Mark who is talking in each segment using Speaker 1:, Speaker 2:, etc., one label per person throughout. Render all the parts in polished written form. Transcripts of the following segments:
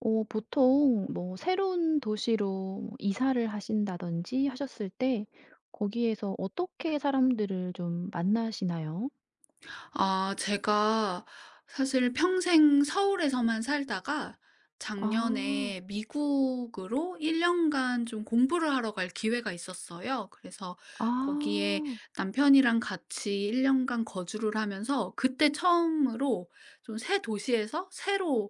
Speaker 1: 보통 뭐 새로운 도시로 뭐 이사를 하신다든지 하셨을 때 거기에서 어떻게 사람들을 좀 만나시나요?
Speaker 2: 아, 제가 사실 평생 서울에서만 살다가
Speaker 1: 아.
Speaker 2: 작년에 미국으로 1 년간 좀 공부를 하러 갈 기회가 있었어요. 그래서 거기에
Speaker 1: 아.
Speaker 2: 남편이랑 같이 1 년간 거주를 하면서 그때 처음으로 좀 새 도시에서 새로운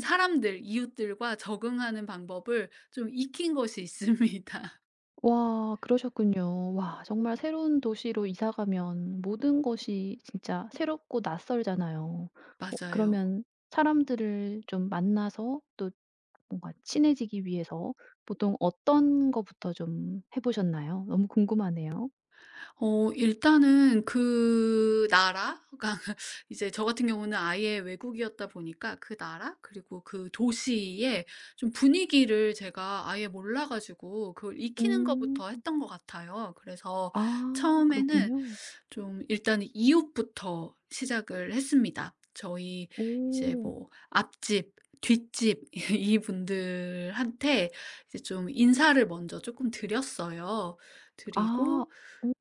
Speaker 2: 사람들, 이웃들과 적응하는 방법을 좀 익힌 것이 있습니다.
Speaker 1: 와 그러셨군요. 와 정말 새로운 도시로 이사 가면 모든 것이 진짜 새롭고 낯설잖아요.
Speaker 2: 맞아요.
Speaker 1: 그러면 사람들을 좀 만나서 또 뭔가 친해지기 위해서 보통 어떤 거부터 좀 해 보셨나요? 너무 궁금하네요.
Speaker 2: 어, 일단은 그 나라, 그러니까 이제 저 같은 경우는 아예 외국이었다 보니까 그 나라, 그리고 그 도시의 좀 분위기를 제가 아예 몰라 가지고 그걸 익히는 것부터
Speaker 1: 음.
Speaker 2: 했던 것 같아요. 그래서
Speaker 1: 아
Speaker 2: 처음에는
Speaker 1: 그렇군요.
Speaker 2: 좀 일단 이웃부터 시작을 했습니다. 저희 이제
Speaker 1: 오.
Speaker 2: 뭐 앞집, 뒷집 이분들한테 이제 좀 인사를 먼저 조금 드렸어요.
Speaker 1: 아.
Speaker 2: 드리고.
Speaker 1: 오.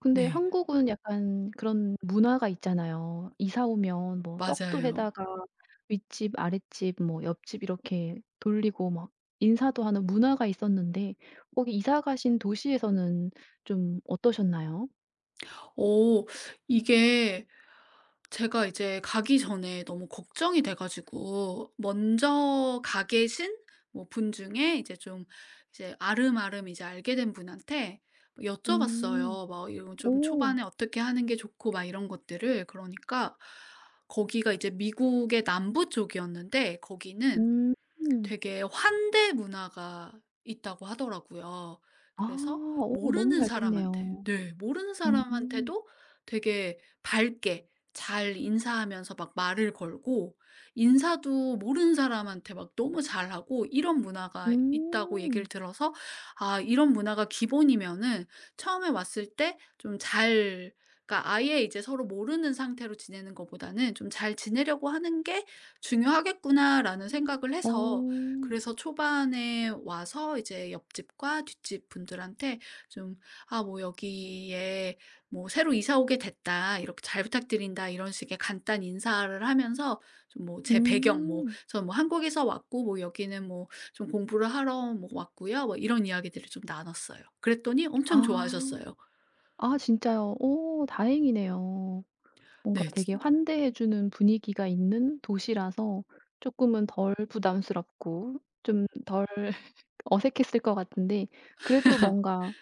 Speaker 1: 근데
Speaker 2: 네,
Speaker 1: 한국은 약간 그런 문화가 있잖아요. 이사 오면 뭐 떡도
Speaker 2: 맞아요.
Speaker 1: 해다가 윗집, 아랫집, 뭐 옆집 이렇게 돌리고 막 인사도 하는 문화가 있었는데 거기 이사 가신 도시에서는 좀 어떠셨나요?
Speaker 2: 어, 이게 제가 이제 가기 전에 너무 걱정이 돼 가지고 먼저 가 계신 뭐 분 중에 이제 좀 이제 아름아름 이제 알게 된 분한테 뭐
Speaker 1: 음.
Speaker 2: 여쭤봤어요. 막 이런 좀
Speaker 1: 오.
Speaker 2: 초반에 어떻게 하는 게 좋고 막 이런 것들을. 그러니까 거기가 이제 미국의 남부 쪽이었는데 거기는
Speaker 1: 음.
Speaker 2: 되게 환대 문화가 있다고 하더라고요.
Speaker 1: 아.
Speaker 2: 그래서
Speaker 1: 오 너무
Speaker 2: 모르는
Speaker 1: 잘
Speaker 2: 사람한테,
Speaker 1: 됐네요.
Speaker 2: 네, 모르는
Speaker 1: 음.
Speaker 2: 사람한테도 되게 밝게 잘 인사하면서 막 말을 걸고 인사도 모르는 사람한테 막 너무 잘하고 이런 문화가 있다고 얘기를
Speaker 1: 음.
Speaker 2: 들어서 아, 이런 문화가 기본이면은 처음에 왔을 때 좀 잘, 그러니까 아예 이제 서로 모르는 상태로 지내는 것보다는 '좀 잘 지내려고 하는 게 중요하겠구나.'라는 생각을 해서
Speaker 1: 어.
Speaker 2: 그래서 초반에 와서 이제 옆집과 뒷집 분들한테 좀 "아 뭐 여기에 뭐 새로 이사 오게 됐다. 이렇게 잘 부탁드린다." 이런 식의 간단 인사를 하면서 좀 뭐 제 배경 뭐
Speaker 1: 음.
Speaker 2: "저 뭐 한국에서 왔고 뭐 여기는 뭐 좀 공부를 하러 뭐 왔고요." 뭐 이런 이야기들을 좀 나눴어요. 그랬더니 엄청
Speaker 1: 아.
Speaker 2: 좋아하셨어요.
Speaker 1: 아 진짜요? 오, 다행이네요. 뭔가
Speaker 2: 네.
Speaker 1: 되게 환대해 주는 분위기가 있는 도시라서 조금은 덜 부담스럽고 좀 덜 어색했을 것 같은데 그래도 뭔가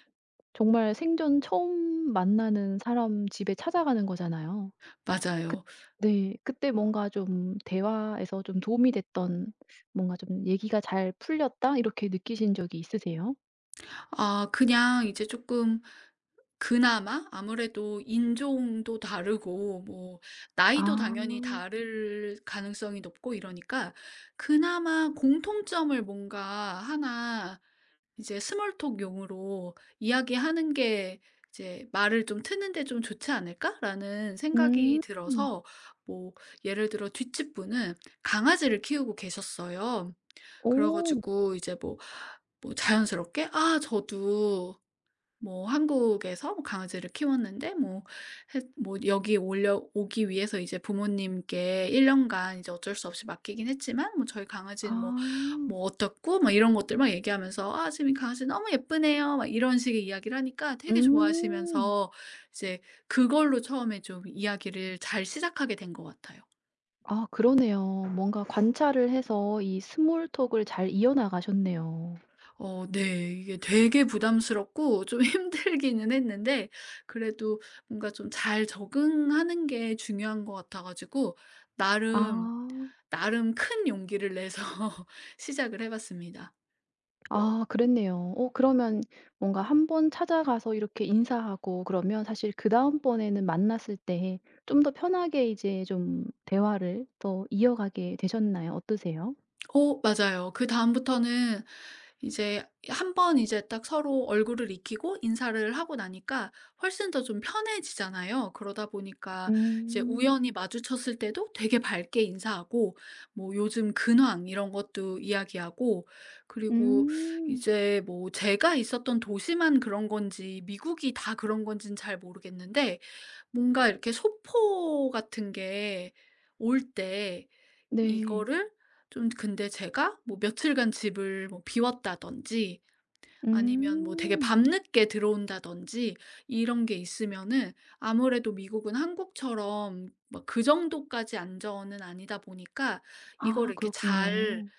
Speaker 1: 정말 생전 처음 만나는 사람 집에 찾아가는 거잖아요. 그
Speaker 2: 맞아요.
Speaker 1: 네. 그때 뭔가 좀 대화에서 좀 도움이 됐던 뭔가 좀 '얘기가 잘 풀렸다.' 이렇게 느끼신 적이 있으세요?
Speaker 2: 아, 그냥 이제 조금 그나마 아무래도 인종도 다르고 뭐 나이도
Speaker 1: 아.
Speaker 2: 당연히 다를 가능성이 높고 이러니까 그나마 공통점을 뭔가 하나 이제 스몰톡 용으로 이야기하는 게 이제 말을 좀 트는 데 좀 좋지 않을까라는 생각이
Speaker 1: 음.
Speaker 2: 들어서 뭐 예를 들어 뒷집 분은 강아지를 키우고 계셨어요. 그래
Speaker 1: 오.
Speaker 2: 가지고 이제 뭐 자연스럽게 "아 저도 뭐 한국에서 뭐 강아지를 키웠는데 뭐 해 뭐 여기 올려오기 위해서 이제 부모님께 1 년간 이제 어쩔 수 없이 맡기긴 했지만 뭐 "저희 강아지는 뭐
Speaker 1: 아.
Speaker 2: 뭐 어떻고" 막 이런 것들 막 얘기하면서 "아 지금 이 강아지 너무 예쁘네요." 막 이런 식의 이야기를 하니까 되게
Speaker 1: 음.
Speaker 2: 좋아하시면서 이제 그걸로 처음에 좀 이야기를 잘 시작하게 된 것 같아요.
Speaker 1: 아 그러네요. 뭔가 관찰을 해서 이 스몰 톡을 잘 이어나가셨네요.
Speaker 2: 어, 네. 이게 되게 부담스럽고 좀 힘들기는 했는데 그래도 뭔가 좀 잘 적응하는 게 중요한 것 같아 가지고 나름,
Speaker 1: 아.
Speaker 2: 나름 큰 용기를 내서 시작을 해 봤습니다.
Speaker 1: 아 그랬네요. 그러면 뭔가 한번 찾아가서 이렇게 인사하고 그러면 사실 그다음 번에는 만났을 때 좀 더 편하게 이제 좀 대화를 더 이어가게 되셨나요? 어떠세요?
Speaker 2: 어, 맞아요. 그다음부터는 이제 한 번 이제 딱 서로 얼굴을 익히고 인사를 하고 나니까 훨씬 더 좀 편해지잖아요. 그러다 보니까 이제
Speaker 1: 음.
Speaker 2: 우연히 마주쳤을 때도 되게 밝게 인사하고 뭐 요즘 근황 이런 것도 이야기하고 그리고
Speaker 1: 음.
Speaker 2: 이제 뭐 제가 있었던 도시만 그런 건지 미국이 다 그런 건지는 잘 모르겠는데 뭔가 이렇게 소포 같은 게올때
Speaker 1: 네.
Speaker 2: 이거를 좀, 근데 제가 뭐 며칠간 집을 뭐 비웠다든지 아니면 뭐 되게
Speaker 1: 음.
Speaker 2: 밤늦게 들어온다든지 이런 게 있으면은 아무래도 미국은 한국처럼 막 그 정도까지 안전은 아니다 보니까
Speaker 1: 아
Speaker 2: 이거를 이렇게 잘
Speaker 1: 그렇군요.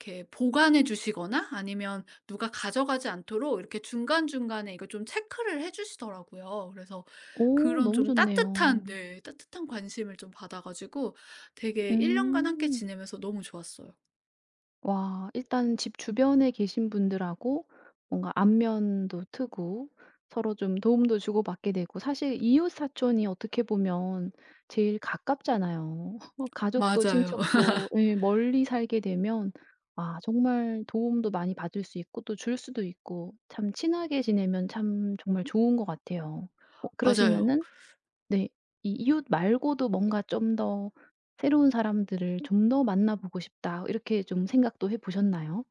Speaker 2: 이렇게 보관해 주시거나 아니면 누가 가져가지 않도록 이렇게 중간중간에 이거 좀 체크를 해 주시더라고요. 그래서
Speaker 1: 오
Speaker 2: 그런
Speaker 1: 너무
Speaker 2: 좀
Speaker 1: 좋네요.
Speaker 2: 따뜻한, 네, 따뜻한 관심을 좀 받아 가지고 되게 1 년간 함께
Speaker 1: 음.
Speaker 2: 지내면서 너무 좋았어요.
Speaker 1: 와 일단 집 주변에 계신 분들하고 뭔가 안면도 트고 서로 좀 도움도 주고받게 되고 사실 이웃 사촌이 어떻게 보면 제일 가깝잖아요. 가족도
Speaker 2: 맞아요.
Speaker 1: 친척도 예 멀리 살게 되면 아 정말 도움도 많이 받을 수 있고 또 줄 수도 있고 참 친하게 지내면 참 정말 좋은 것 같아요. 어
Speaker 2: 맞아요.
Speaker 1: 그러시면은 네. 이 이웃 말고도 뭔가 좀 더 '새로운 사람들을 좀 더 만나 보고 싶다.' 이렇게 좀 생각도 해 보셨나요?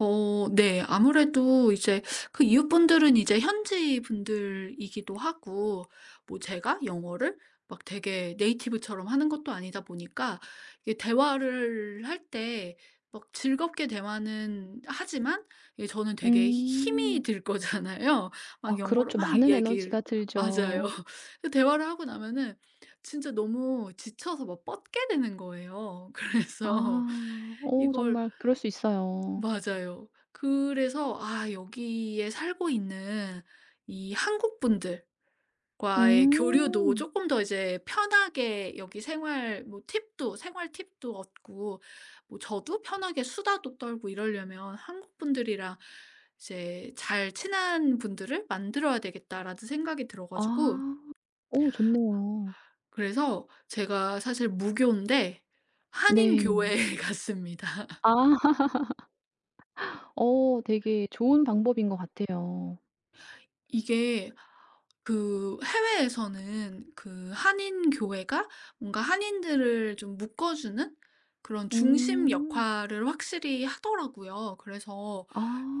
Speaker 2: 어, 네. 아무래도 이제 그 이웃분들은 이제 현지 분들이기도 하고 뭐 제가 영어를 막 되게 네이티브처럼 하는 것도 아니다 보니까 이게 대화를 할 때 막 즐겁게 대화는 하지만 예, 저는 되게 히 힘이
Speaker 1: 음.
Speaker 2: 들 거잖아요. 막
Speaker 1: 아
Speaker 2: 영어로
Speaker 1: 그렇죠.
Speaker 2: 막
Speaker 1: 많은
Speaker 2: 얘기를.
Speaker 1: 에너지가
Speaker 2: 맞아요.
Speaker 1: 들죠.
Speaker 2: 그 대화를 하고 나면은 진짜 너무 지쳐서 막 뻗게 되는 거예요. 그래서
Speaker 1: 아. 어
Speaker 2: 이걸.
Speaker 1: 정말 그럴 수 있어요.
Speaker 2: 맞아요. 그래서 아, 여기에 살고 있는 이 한국 분들과의 교류도
Speaker 1: 음.
Speaker 2: 조금 더 이제 편하게 여기 생활 뭐 팁도, 생활 팁도 얻고 뭐 저도 편하게 수다도 떨고 이러려면 '한국 분들이랑 이제 잘 친한 분들을 만들어야 되겠다.'라는 생각이 들어 가지고
Speaker 1: 아. 어 좋네요.
Speaker 2: 그래서 제가 사실 무교인데 한인
Speaker 1: 네.
Speaker 2: 교회에 갔습니다.
Speaker 1: 아 어 되게 좋은 방법인 것 같아요.
Speaker 2: 이게 그 해외에서는 그 한인 교회가 뭔가 한인들을 좀 묶어주는 그런 중심
Speaker 1: 음.
Speaker 2: 역할을 확실히 하더라고요. 그래서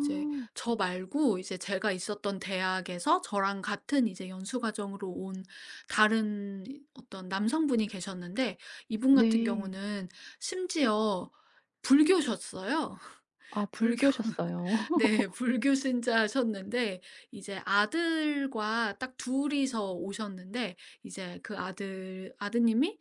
Speaker 2: 이제 저 말고 이제 제가 있었던 대학에서 저랑 같은 이제 연수과정으로 온 다른 어떤 남성분이 계셨는데 이분 같은
Speaker 1: 네.
Speaker 2: 경우는 심지어 불교셨어요.
Speaker 1: 아
Speaker 2: 불교.
Speaker 1: 불교셨어요.
Speaker 2: 네. 불교 신자셨는데 이제 아들과 딱 둘이서 오셨는데 이제 그 아들 아드님이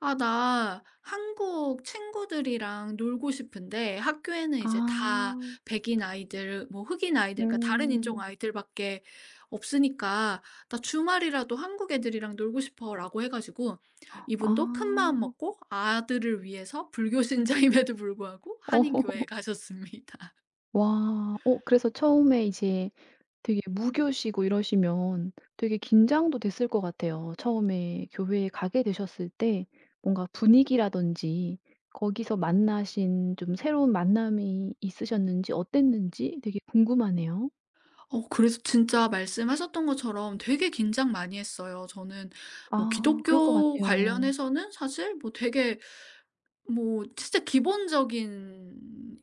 Speaker 2: "아 나 한국 친구들이랑 놀고 싶은데 학교에는
Speaker 1: 아.
Speaker 2: 이제 다 백인 아이들 뭐 흑인 아이들 그러니까 다른 인종
Speaker 1: 음.
Speaker 2: 아이들밖에 없으니까 나 주말이라도 한국 애들이랑 놀고 싶어."라고 해 가지고 이분도 큰 마음
Speaker 1: 아.
Speaker 2: 먹고 아들을 위해서 불교 신자임에도 불구하고
Speaker 1: 어
Speaker 2: 한인 교회에 가셨습니다.
Speaker 1: 와. 어 그래서 처음에 이제 되게 무교시고 이러시면 되게 긴장도 됐을 것 같아요. 처음에 교회에 가게 되셨을 때 뭔가 분위기라든지 거기서 만나신 좀 새로운 만남이 있으셨는지 어땠는지 되게 궁금하네요.
Speaker 2: 어, 그래서 진짜 말씀하셨던 것처럼 되게 긴장 많이 했어요. 저는 뭐
Speaker 1: 아 그럴 것
Speaker 2: 기독교
Speaker 1: 같아요.
Speaker 2: 관련해서는 사실 뭐 되게 뭐 진짜 기본적인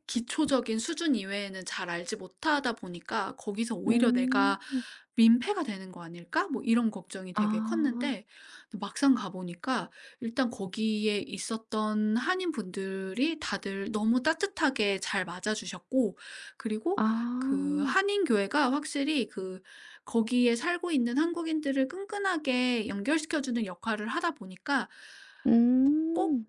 Speaker 2: 기초적인 수준 이외에는 잘 알지 못하다 보니까 '거기서 오히려
Speaker 1: 음.
Speaker 2: 내가 민폐가 되는 거 아닐까?' 뭐 이런 걱정이 되게
Speaker 1: 아.
Speaker 2: 컸는데 막상 가 보니까 일단 거기에 있었던 한인분들이 다들 너무 따뜻하게 잘 맞아 주셨고 그리고 그
Speaker 1: 아.
Speaker 2: 한인교회가 확실히 그 거기에 살고 있는 한국인들을 끈끈하게 연결시켜 주는 역할을 하다 보니까 꼭
Speaker 1: 음.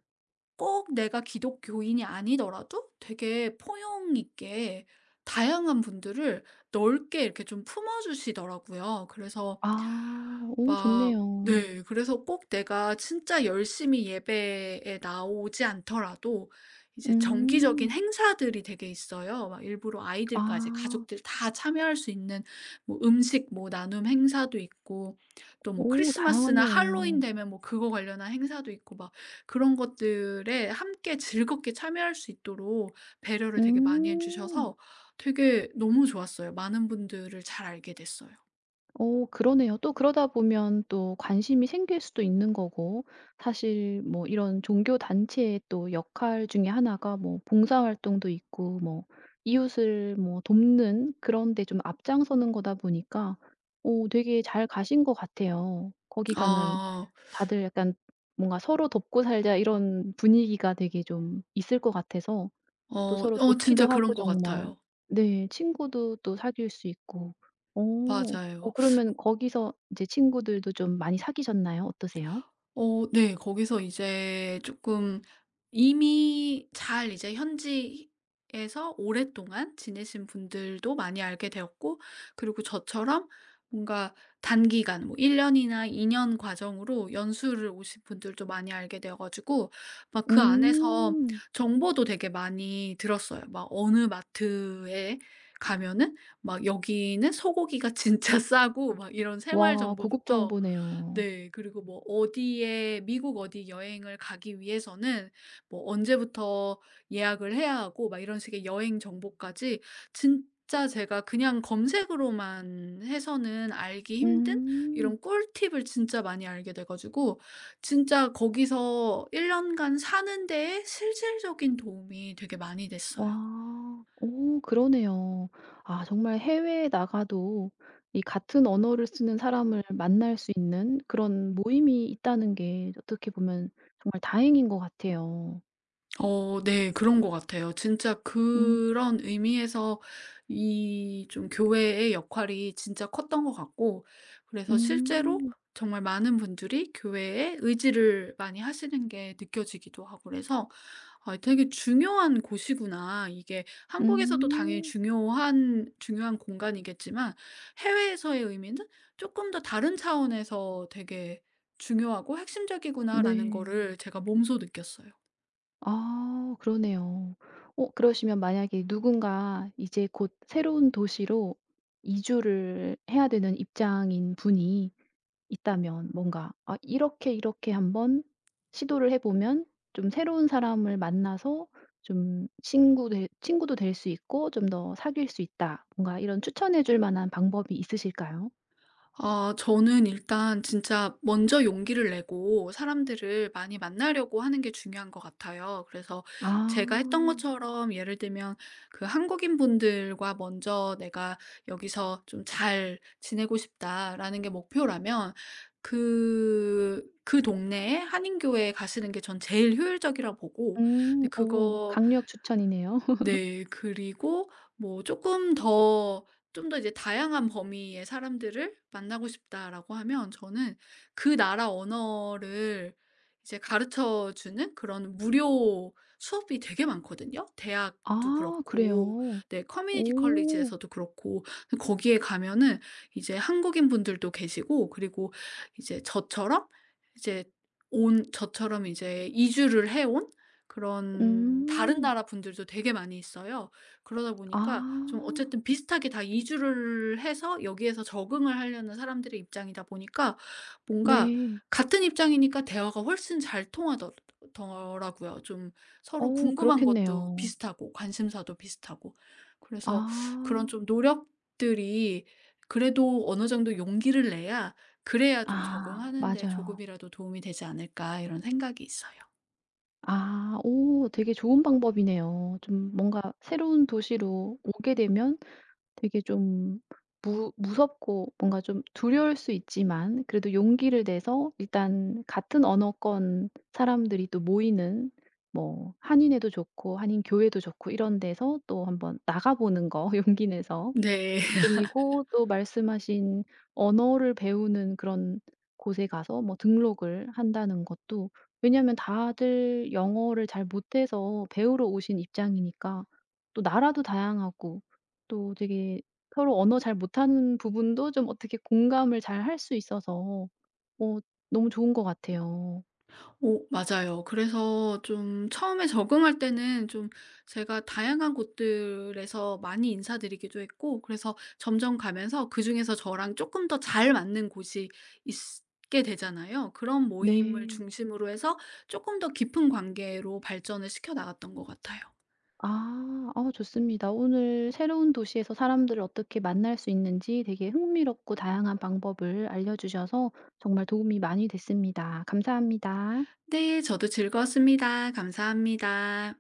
Speaker 2: 꼭 내가 기독교인이 아니더라도 되게 포용 있게 다양한 분들을 넓게 이렇게 좀 품어주시더라고요. 그래서
Speaker 1: 아. 오
Speaker 2: 막,
Speaker 1: 좋네요.
Speaker 2: 네. 그래서 꼭 내가 진짜 열심히 예배에 나오지 않더라도 이제 정기적인
Speaker 1: 음.
Speaker 2: 행사들이 되게 있어요. 막 일부러 아이들까지
Speaker 1: 아.
Speaker 2: 가족들 다 참여할 수 있는 뭐 음식 뭐 나눔 행사도 있고 또 뭐
Speaker 1: 오
Speaker 2: 크리스마스나 할로윈
Speaker 1: 다양하네요.
Speaker 2: 되면 뭐 그거 관련한 행사도 있고 막 그런 것들에 함께 즐겁게 참여할 수 있도록 배려를 되게 많이 해
Speaker 1: 음.
Speaker 2: 주셔서 되게 너무 좋았어요. 많은 분들을 잘 알게 됐어요.
Speaker 1: 오, 그러네요. 또 그러다 보면 또 관심이 생길 수도 있는 거고 사실 뭐 이런 종교 단체의 또 역할 중에 하나가 뭐 봉사 활동도 있고 뭐 이웃을 뭐 돕는 그런 데 좀 앞장서는 거다 보니까 오, 되게 잘 가신 것 같아요. 거기 가면
Speaker 2: 아.
Speaker 1: 다들 약간 뭔가 '서로 돕고 살자.' 이런 분위기가 되게 좀 있을 것 같아서 또
Speaker 2: 어,
Speaker 1: 서로
Speaker 2: 어,
Speaker 1: 돕기도
Speaker 2: 진짜 그런
Speaker 1: 하고
Speaker 2: 것
Speaker 1: 정말
Speaker 2: 같아요.
Speaker 1: 네 친구도 또 사귈 수 있고. 어.
Speaker 2: 맞아요.
Speaker 1: 그러면 거기서 이제 친구들도 좀 많이 사귀셨나요? 어떠세요?
Speaker 2: 어, 네. 거기서 이제 조금 이미 잘 이제 현지에서 오랫동안 지내신 분들도 많이 알게 되었고 그리고 저처럼 뭔가 단기간 뭐 1 년이나 2년 과정으로 연수를 오신 분들도 많이 알게 되어 가지고 막 그 안에서
Speaker 1: 음.
Speaker 2: 정보도 되게 많이 들었어요. 막 어느 마트에 가면은 막 여기는 소고기가 진짜 싸고 막 이런 생활
Speaker 1: 와 고급
Speaker 2: 정보부터
Speaker 1: 정보네요.
Speaker 2: 네 그리고 뭐 어디에 미국 어디 여행을 가기 위해서는 뭐 언제부터 예약을 해야 하고 막 이런 식의 여행 정보까지 진짜 제가 그냥 검색으로만 해서는 알기 힘든
Speaker 1: 음.
Speaker 2: 이런 꿀팁을 진짜 많이 알게 돼 가지고 진짜 거기서 1 년간 사는 데에 실질적인 도움이 되게 많이 됐어요.
Speaker 1: 와. 오 그러네요. 아 정말 해외에 나가도 이 같은 언어를 쓰는 사람을 만날 수 있는 그런 모임이 있다는 게 어떻게 보면 정말 다행인 것 같아요.
Speaker 2: 어, 네. 그런 것 같아요. 진짜
Speaker 1: 음.
Speaker 2: 그런 의미에서 이 좀 교회의 역할이 진짜 컸던 것 같고 그래서 실제로
Speaker 1: 음.
Speaker 2: 정말 많은 분들이 교회에 의지를 많이 하시는 게 느껴지기도 하고 그래서 '아, 되게 중요한 곳이구나.' 이게 한국에서도 당연히
Speaker 1: 음.
Speaker 2: 중요한, 중요한 공간이겠지만 해외에서의 의미는 조금 더 다른 차원에서 되게 '중요하고 핵심적이구나.'라는
Speaker 1: 네.
Speaker 2: 거를 제가 몸소 느꼈어요.
Speaker 1: 아 그러네요. 어 그러시면 만약에 누군가 이제 곧 새로운 도시로 이주를 해야 되는 입장인 분이 있다면 뭔가 '아 이렇게, 이렇게 한번 시도를 해 보면 좀 새로운 사람을 만나서 좀 친구 될 친구도 될 수 있고 좀 더 사귈 수 있다.' 뭔가 이런 추천해 줄 만한 방법이 있으실까요?
Speaker 2: 아, 저는 일단 진짜 먼저 용기를 내고 사람들을 많이 만나려고 하는 게 중요한 것 같아요. 그래서
Speaker 1: 아.
Speaker 2: 제가 했던 것처럼 예를 들면 그 '한국인분들과 먼저 내가 여기서 좀 잘 지내고 싶다.'라는 게 목표라면 그 동네에 한인교회에 가시는 게 전 제일 효율적이라 보고 근데
Speaker 1: 오
Speaker 2: 그거,
Speaker 1: 강력 추천이네요.
Speaker 2: 네. 그리고 뭐 조금 더 좀 더 이제 다양한 범위의 사람들을 만나고 싶다라고 하면 저는 그 나라 언어를 이제 가르쳐 주는 그런 무료 수업이 되게 많거든요. 대학도
Speaker 1: 아
Speaker 2: 그렇고,
Speaker 1: 그래요?
Speaker 2: 네, 커뮤니티
Speaker 1: 오.
Speaker 2: 컬리지에서도 그렇고 거기에 가면은 이제 한국인분들도 계시고 그리고 이제 이제 저처럼 이제 이주를 해온 그런 다른
Speaker 1: 음.
Speaker 2: 나라 분들도 되게 많이 있어요. 그러다
Speaker 1: 아.
Speaker 2: 보니까 좀 어쨌든 비슷하게 다 이주를 해서 여기에서 적응을 하려는 사람들의 입장이다 보니까 뭔가
Speaker 1: 네.
Speaker 2: 같은 입장이니까 대화가 훨씬 잘 통하더 더라고요. 좀 서로
Speaker 1: 어
Speaker 2: 궁금한 것도
Speaker 1: 그렇겠네요.
Speaker 2: 비슷하고 관심사도 비슷하고. 그래서 그런
Speaker 1: 아.
Speaker 2: 좀 노력들이 그래도 어느 정도 용기를 내야, 그래야 좀
Speaker 1: 아
Speaker 2: 적응하는 데
Speaker 1: 맞아요.
Speaker 2: 조금이라도 도움이 되지 않을까 이런 생각이 있어요.
Speaker 1: 아 오 되게 좋은 방법이네요. 좀 뭔가 새로운 도시로 오게 되면 되게 좀 무 무섭고 뭔가 좀 두려울 수 있지만 그래도 용기를 내서 일단 같은 언어권 사람들이 또 모이는 뭐 한인회도 좋고 한인 교회도 좋고 이런 데서 또 한번 나가 보는 거 용기 내서
Speaker 2: 네.
Speaker 1: 그리고 또 말씀하신 언어를 배우는 그런 곳에 가서 뭐 등록을 한다는 것도 왜냐하면 다들 영어를 잘 못해서 배우러 오신 입장이니까 또 나라도 다양하고 또 되게 서로 언어 잘 못하는 부분도 좀 어떻게 공감을 잘 할 수 있어서 어 너무 좋은 것 같아요.
Speaker 2: 오, 맞아요. 그래서 좀 처음에 적응할 때는 좀 제가 다양한 곳들에서 많이 인사드리기도 했고 그래서 점점 가면서 그중에서 저랑 조금 더 잘 맞는 곳이 있게 되잖아요. 그런 모임을
Speaker 1: 네.
Speaker 2: 중심으로 해서 조금 더 깊은 관계로 발전을 시켜 나갔던 것 같아요.
Speaker 1: 아. 어 좋습니다. 오늘 새로운 도시에서 사람들을 어떻게 만날 수 있는지 되게 흥미롭고 다양한 방법을 알려 주셔서 정말 도움이 많이 됐습니다. 감사합니다.
Speaker 2: 네. 저도 즐거웠습니다. 감사합니다.